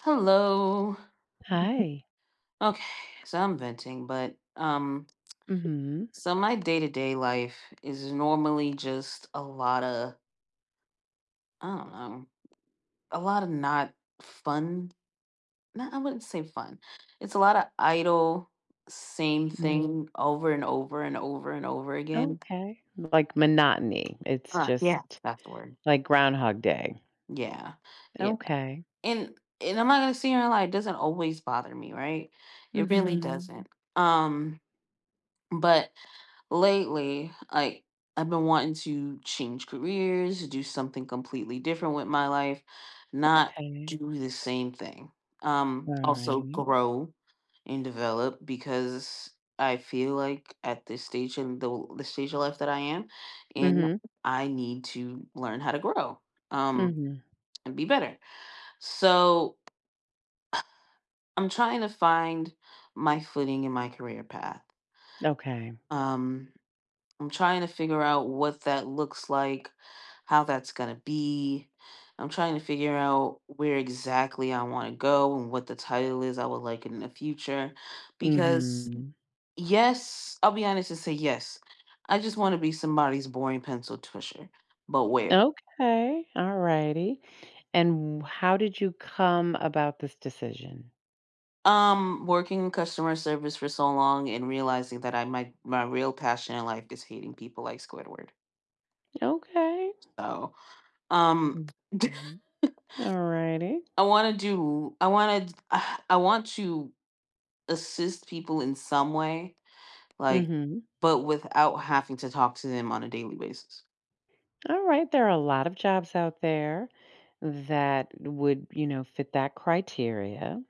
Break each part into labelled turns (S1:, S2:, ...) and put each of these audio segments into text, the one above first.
S1: Hello.
S2: Hi.
S1: Okay, so I'm venting, but um
S2: Mhm.
S1: so my day-to-day life is normally just a lot of I don't know, a lot of not fun. No, I wouldn't say fun. It's a lot of idle same Mm.
S2: Mm.
S1: thing over and over and over and over again.
S2: Okay. Like monotony. It's
S1: Ah, yeah,
S2: just
S1: that's the word.
S2: like Groundhog Day.
S1: Yeah. Yeah.
S2: Okay.
S1: And I'm not gonna see here and lie, it doesn't always bother me, right? It really Mhm.
S2: Mhm.
S1: doesn't. Um, but lately, I've been wanting to change careers, do something completely different with my life, not
S2: Okay.
S1: do the same thing. Also
S2: Alright.
S1: grow and develop because I feel like at this stage in the stage of life that I am, and
S2: Mhm.
S1: I need to learn how to grow, um,
S2: Mhm.
S1: and be better. So I'm trying to find my footing in my career path.
S2: Okay.
S1: Um, I'm trying to figure out what that looks like, how that's going to be. I'm trying to figure out where exactly I want to go and what the title is I would like in the future. Because,
S2: Mhm.
S1: yes, I'll be honest and say yes. I just want to be somebody's boring pencil pusher. But where?
S2: Okay. All righty. And how did you come about this decision?
S1: Working in customer service for so long and realizing that I my my real passion in life is hating people like Squidward.
S2: Okay.
S1: So, um,
S2: Mhm. Alrighty.
S1: I want to do. I want to. I want to assist people in some way, like,
S2: Mhm.
S1: but without having to talk to them on a daily basis.
S2: All right. There are a lot of jobs out there that would, you know, fit that criteria.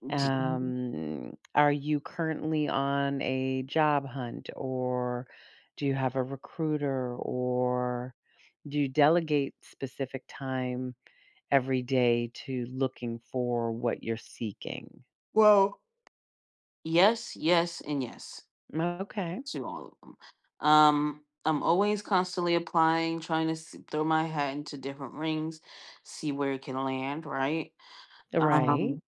S1: D-
S2: Are you currently on a job hunt or do you have a recruiter or do you delegate specific time every day to looking for what you're seeking?
S1: Yes, yes, and yes
S2: Okay.
S1: to all of them. I'm always constantly applying, trying to s throw my hat into different rings, see where it can land. Right. Mhm.
S2: Right.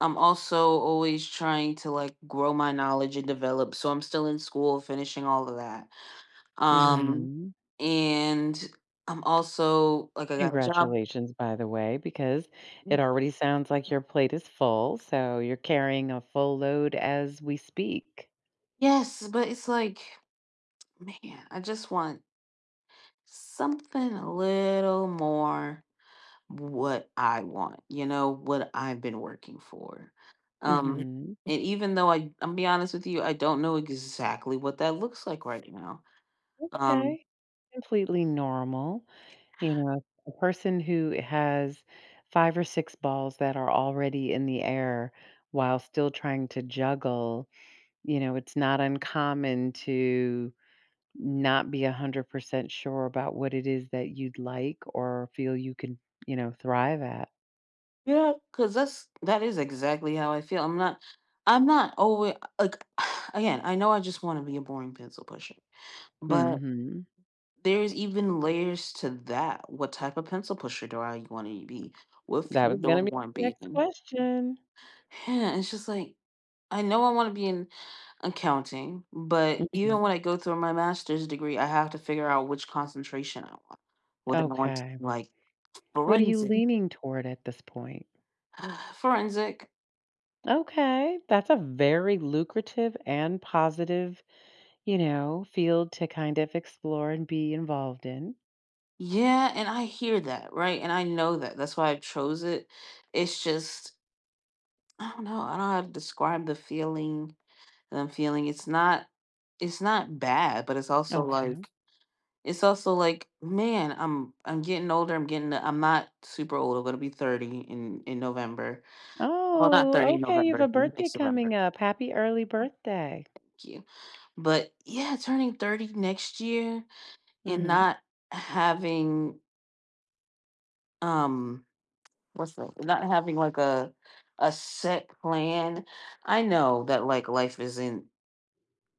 S1: I'm also always trying to like grow my knowledge and develop. So I'm still in school, finishing all of that. Mhm.
S2: Mhm.
S1: And I'm also like I got a job.
S2: Congratulations, by the way, because it already sounds like your plate is full. So you're carrying a full load as we speak.
S1: Yes, but it's like, man, I just want something a little more what I want, you know, what I've been working for. Mhm.
S2: Hmm.
S1: And even though I'm be honest with you, I don't know exactly what that looks like right now. Um
S2: Okay. Completely normal. You know, a person who has 5 or 6 balls that are already in the air while still trying to juggle, you know, it's not uncommon to not be 100% sure about what it is that you'd like or feel you can, you know, thrive at.
S1: yeah, cuz that is exactly how I feel. I'm not always like again, I know I just want to be a boring pencil pusher. But
S2: Mhm.
S1: there's even layers to that. What type of pencil pusher do I want to be? What
S2: That was
S1: field do I
S2: gonna be
S1: want to
S2: my
S1: be
S2: next
S1: in?
S2: question.
S1: Yeah, it's just like I know I want to be in accounting, but
S2: Mhm.
S1: even when I go through my master's degree, I have to figure out which concentration I want. Whether I want to
S2: Okay.
S1: be like
S2: What are you
S1: forensic,
S2: leaning toward at this point?
S1: forensic,
S2: Okay, that's a very lucrative and positive. You know, field to kind of explore and be involved in.
S1: yeah, and I hear that right, and I know that. That's why I chose it. It's just I don't know. I don't know how to describe the feeling that I'm feeling, it's not bad, but
S2: Okay.
S1: it's also like, man, I'm getting older. I'm getting I'm not super old. I'm gonna be 30 in November. Well, not 30
S2: Oh,
S1: in
S2: okay, you have a
S1: November,
S2: birthday
S1: next
S2: coming
S1: November.
S2: up. Happy early birthday.
S1: Thank you. But yeah, turning 30 next year and
S2: Mhm.
S1: not having um what's that? Not having like a set plan. I know that like life isn't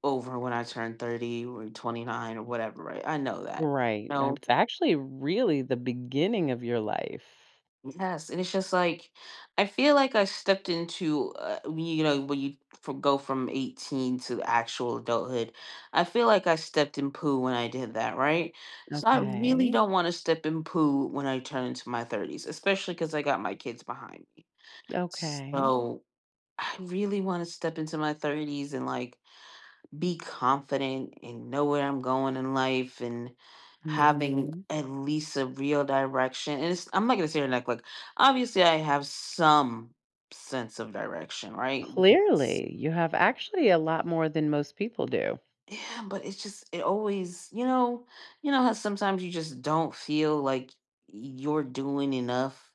S1: over when I turn 30 or 29 or whatever, right? I know that.
S2: Right, and
S1: No.
S2: it's actually really the beginning of your life.
S1: Yes, and it's just like I feel like I stepped into when you know when you go from 18 to actual adulthood. I feel like I stepped in poo when I did that, right? So I really
S2: Okay,
S1: don't want to step in poo when I turn into my 30s, especially because I got my kids behind me.
S2: okay.
S1: So I really want to step into my 30s and like be confident and know where I'm going in life and having
S2: Mhm.
S1: at least a real direction. And it's, I'm not going to say here and act like, obviously, I have some sense of direction, right? Yes.
S2: Clearly, you have actually a lot more than most people do.
S1: Yeah, but it's just, it always, you know how sometimes you just don't feel like you're doing enough.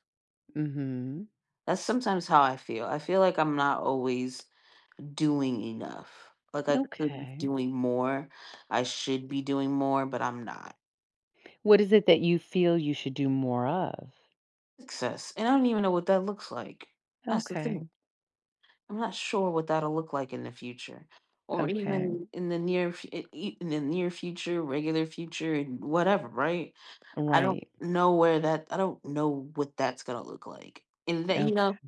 S2: Mhm.
S1: That's sometimes how I feel. I feel like I'm not always doing enough. Like I could be
S2: Okay.
S1: doing more. I should be doing more, but I'm not.
S2: What is it that you feel you should do more of?
S1: Success, and I don't even know what that looks like. That's the
S2: Okay,
S1: thing. I'm not sure what that'll look like in the future, or
S2: okay.
S1: even in the near fu- I- in the near future, regular future, and whatever. Right? I don't
S2: Right,
S1: know where that. I don't know what that's gonna look like. And that you
S2: okay.
S1: know,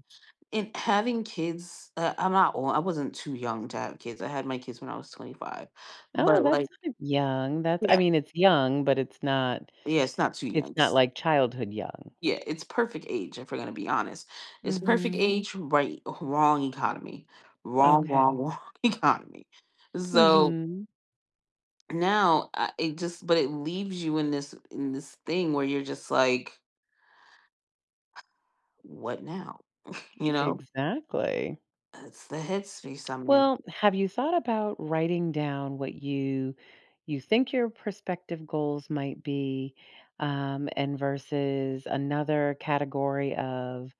S1: and having kids. I'm not old. I wasn't too young to have kids. I had my kids when I was 25,
S2: Oh,
S1: but
S2: that's
S1: like,
S2: kind young. That's, I
S1: yeah,
S2: mean, it's young, but it's not,
S1: yeah, it's not too
S2: it's
S1: young.
S2: not like childhood young.
S1: Yeah, it's perfect age, if we're gonna be honest. It's perfect
S2: Mhm.
S1: age, right, wrong economy. Wrong, wrong,
S2: Okay.
S1: wrong economy. So
S2: Mhm.
S1: now it just but it leaves you in this thing where you're just like, what now? You know?
S2: Exactly.
S1: That's the headspace I'm in.
S2: Well, have you thought about writing down what you think your prospective goals might be, and versus another category of,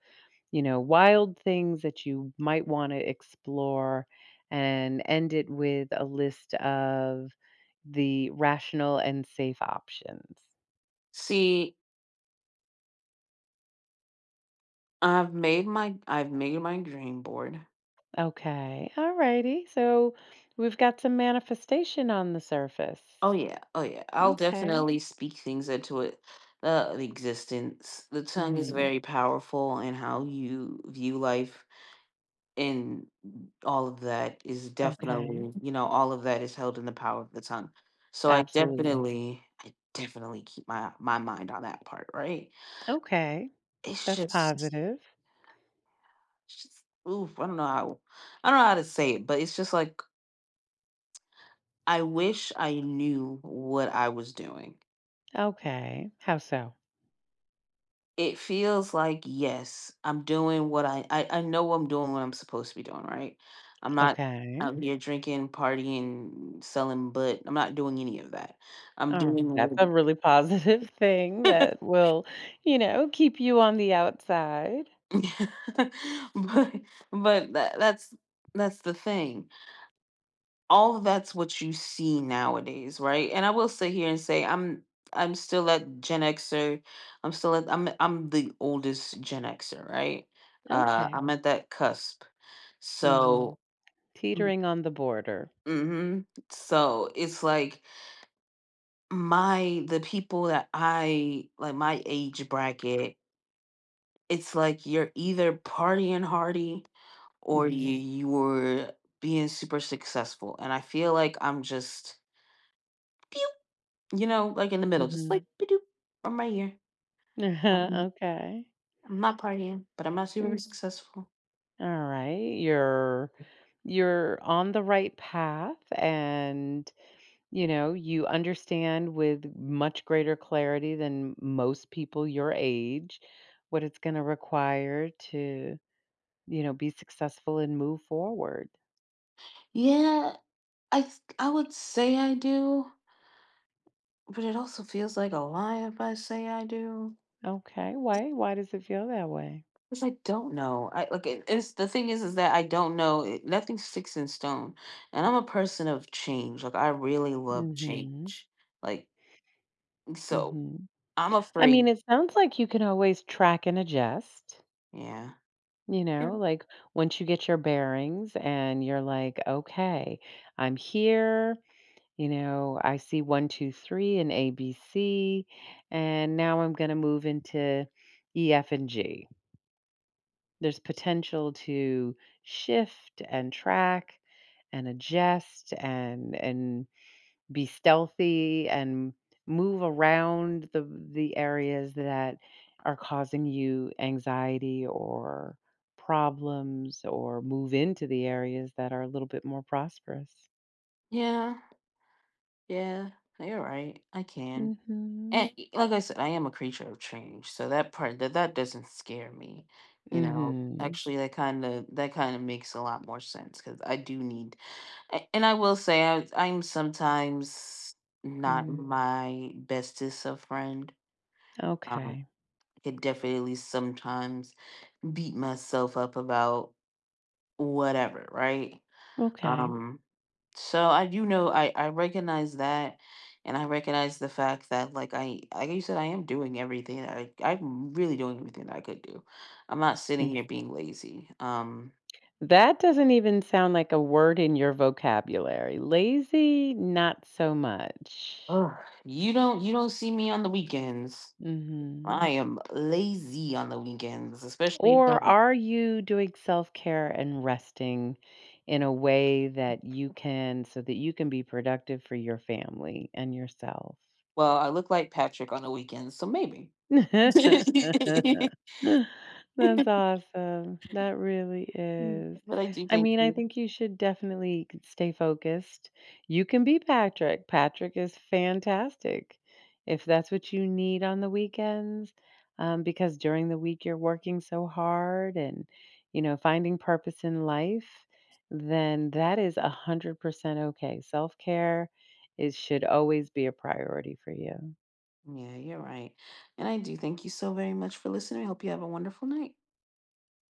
S2: you know, wild things that you might want to explore and end it with a list of the rational and safe options.
S1: See, I've made my dream board.
S2: Okay. All righty. So we've got some manifestation on the
S1: Oh
S2: surface.
S1: yeah, oh yeah. I'll
S2: Okay.
S1: definitely speak things into it the existence. The tongue is
S2: Hmm.
S1: very powerful in how you view life and all of that is
S2: Okay.
S1: definitely, you know, all of that is held in the power of the tongue. So
S2: Absolutely.
S1: I definitely keep my mind on that part, right?
S2: Okay. That's
S1: It's
S2: positive.
S1: just oof, I don't know how to say it, but it's just like I wish I knew what I was doing.
S2: Okay. How so?
S1: It feels like yes I'm doing what I know I'm doing what I'm supposed to be doing right I'm not
S2: Okay.
S1: out here drinking partying selling butt I'm not doing any of that I'm
S2: Oh,
S1: doing what
S2: that's a really positive thing that will, you know, keep you on the outside.
S1: but but that, that's the thing all of that's what you see nowadays right and I will sit here and say I'm still that Gen Xer I'm still at I'm the oldest Gen Xer right
S2: Okay.
S1: I'm at that cusp
S2: Mhm.
S1: so
S2: Teetering on the border.
S1: hmm. So it's like my the people that I like my age bracket, it's like you're either partying hardy or you
S2: Mhm.
S1: you were being super successful. And I feel like I'm just pew, you know, like in the middle, just like ba-doop, I'm right here. I'm,
S2: okay.
S1: I'm not partying, but I'm not super
S2: Mm.
S1: successful.
S2: Alright, you're on the right path and, you know, you understand with much greater clarity than most people your age what it's gonna require to, you know, be successful and move forward.
S1: Yeah, I would say I do, but it also feels like a lie if I say I do.
S2: Okay, why does it feel that way?
S1: Because I don't know. It's the thing is that I don't know. It, nothing sticks in stone. And I'm a person of change. Like I really love
S2: Mhm.
S1: change. Like so
S2: Mhm.
S1: I'm
S2: I mean,
S1: afraid.
S2: it sounds like you can always track and adjust,
S1: Yeah.
S2: you
S1: Yeah.
S2: know, like once you get your bearings and you're like, okay, I'm here, you know, I see one, two, three and ABC, and now I'm going to move into E, F, and G. There's potential to shift and track and adjust and be stealthy and move around the areas that are causing you anxiety or problems or move into the areas that are a little bit more prosperous.
S1: Yeah. Yeah. You're right. I can. And
S2: Mhm.
S1: like I said, I am a creature of change. So that part that that doesn't scare me. You know.
S2: Mhm.
S1: Actually that kind of makes a lot more sense cuz I do need And I will say, I'm sometimes not
S2: Mm.
S1: my bestest of friend. Um,
S2: Okay.
S1: could definitely sometimes beat myself up about whatever, right?
S2: Okay.
S1: Um, so I do know I recognize that, and I recognize the fact that like you said, I am doing everything that I'm really doing everything that I could do. I'm not sitting
S2: Mm.
S1: here being lazy.
S2: That doesn't even sound like a word in your vocabulary. Lazy, not so much.
S1: Ugh, you don't see me on the weekends.
S2: Mhm.
S1: I am lazy on the weekends, especially if
S2: Or
S1: I'm-
S2: are you doing self care and resting in a way that you can so that you can be productive for your family and yourself?
S1: well, I look like Patrick on the weekends, so maybe.
S2: That's
S1: But
S2: awesome. That really is.
S1: I do
S2: I
S1: thank
S2: mean, I
S1: you.
S2: think you should definitely stay focused. You can be Patrick. Patrick is fantastic if that's what you need on the weekends, because during the week you're working so hard and, you know, finding purpose in life, then that is a 100% okay. Self care is should always be a priority for you.
S1: Yeah, you're right. And I do thank you so very much for listening. I hope you have a wonderful night.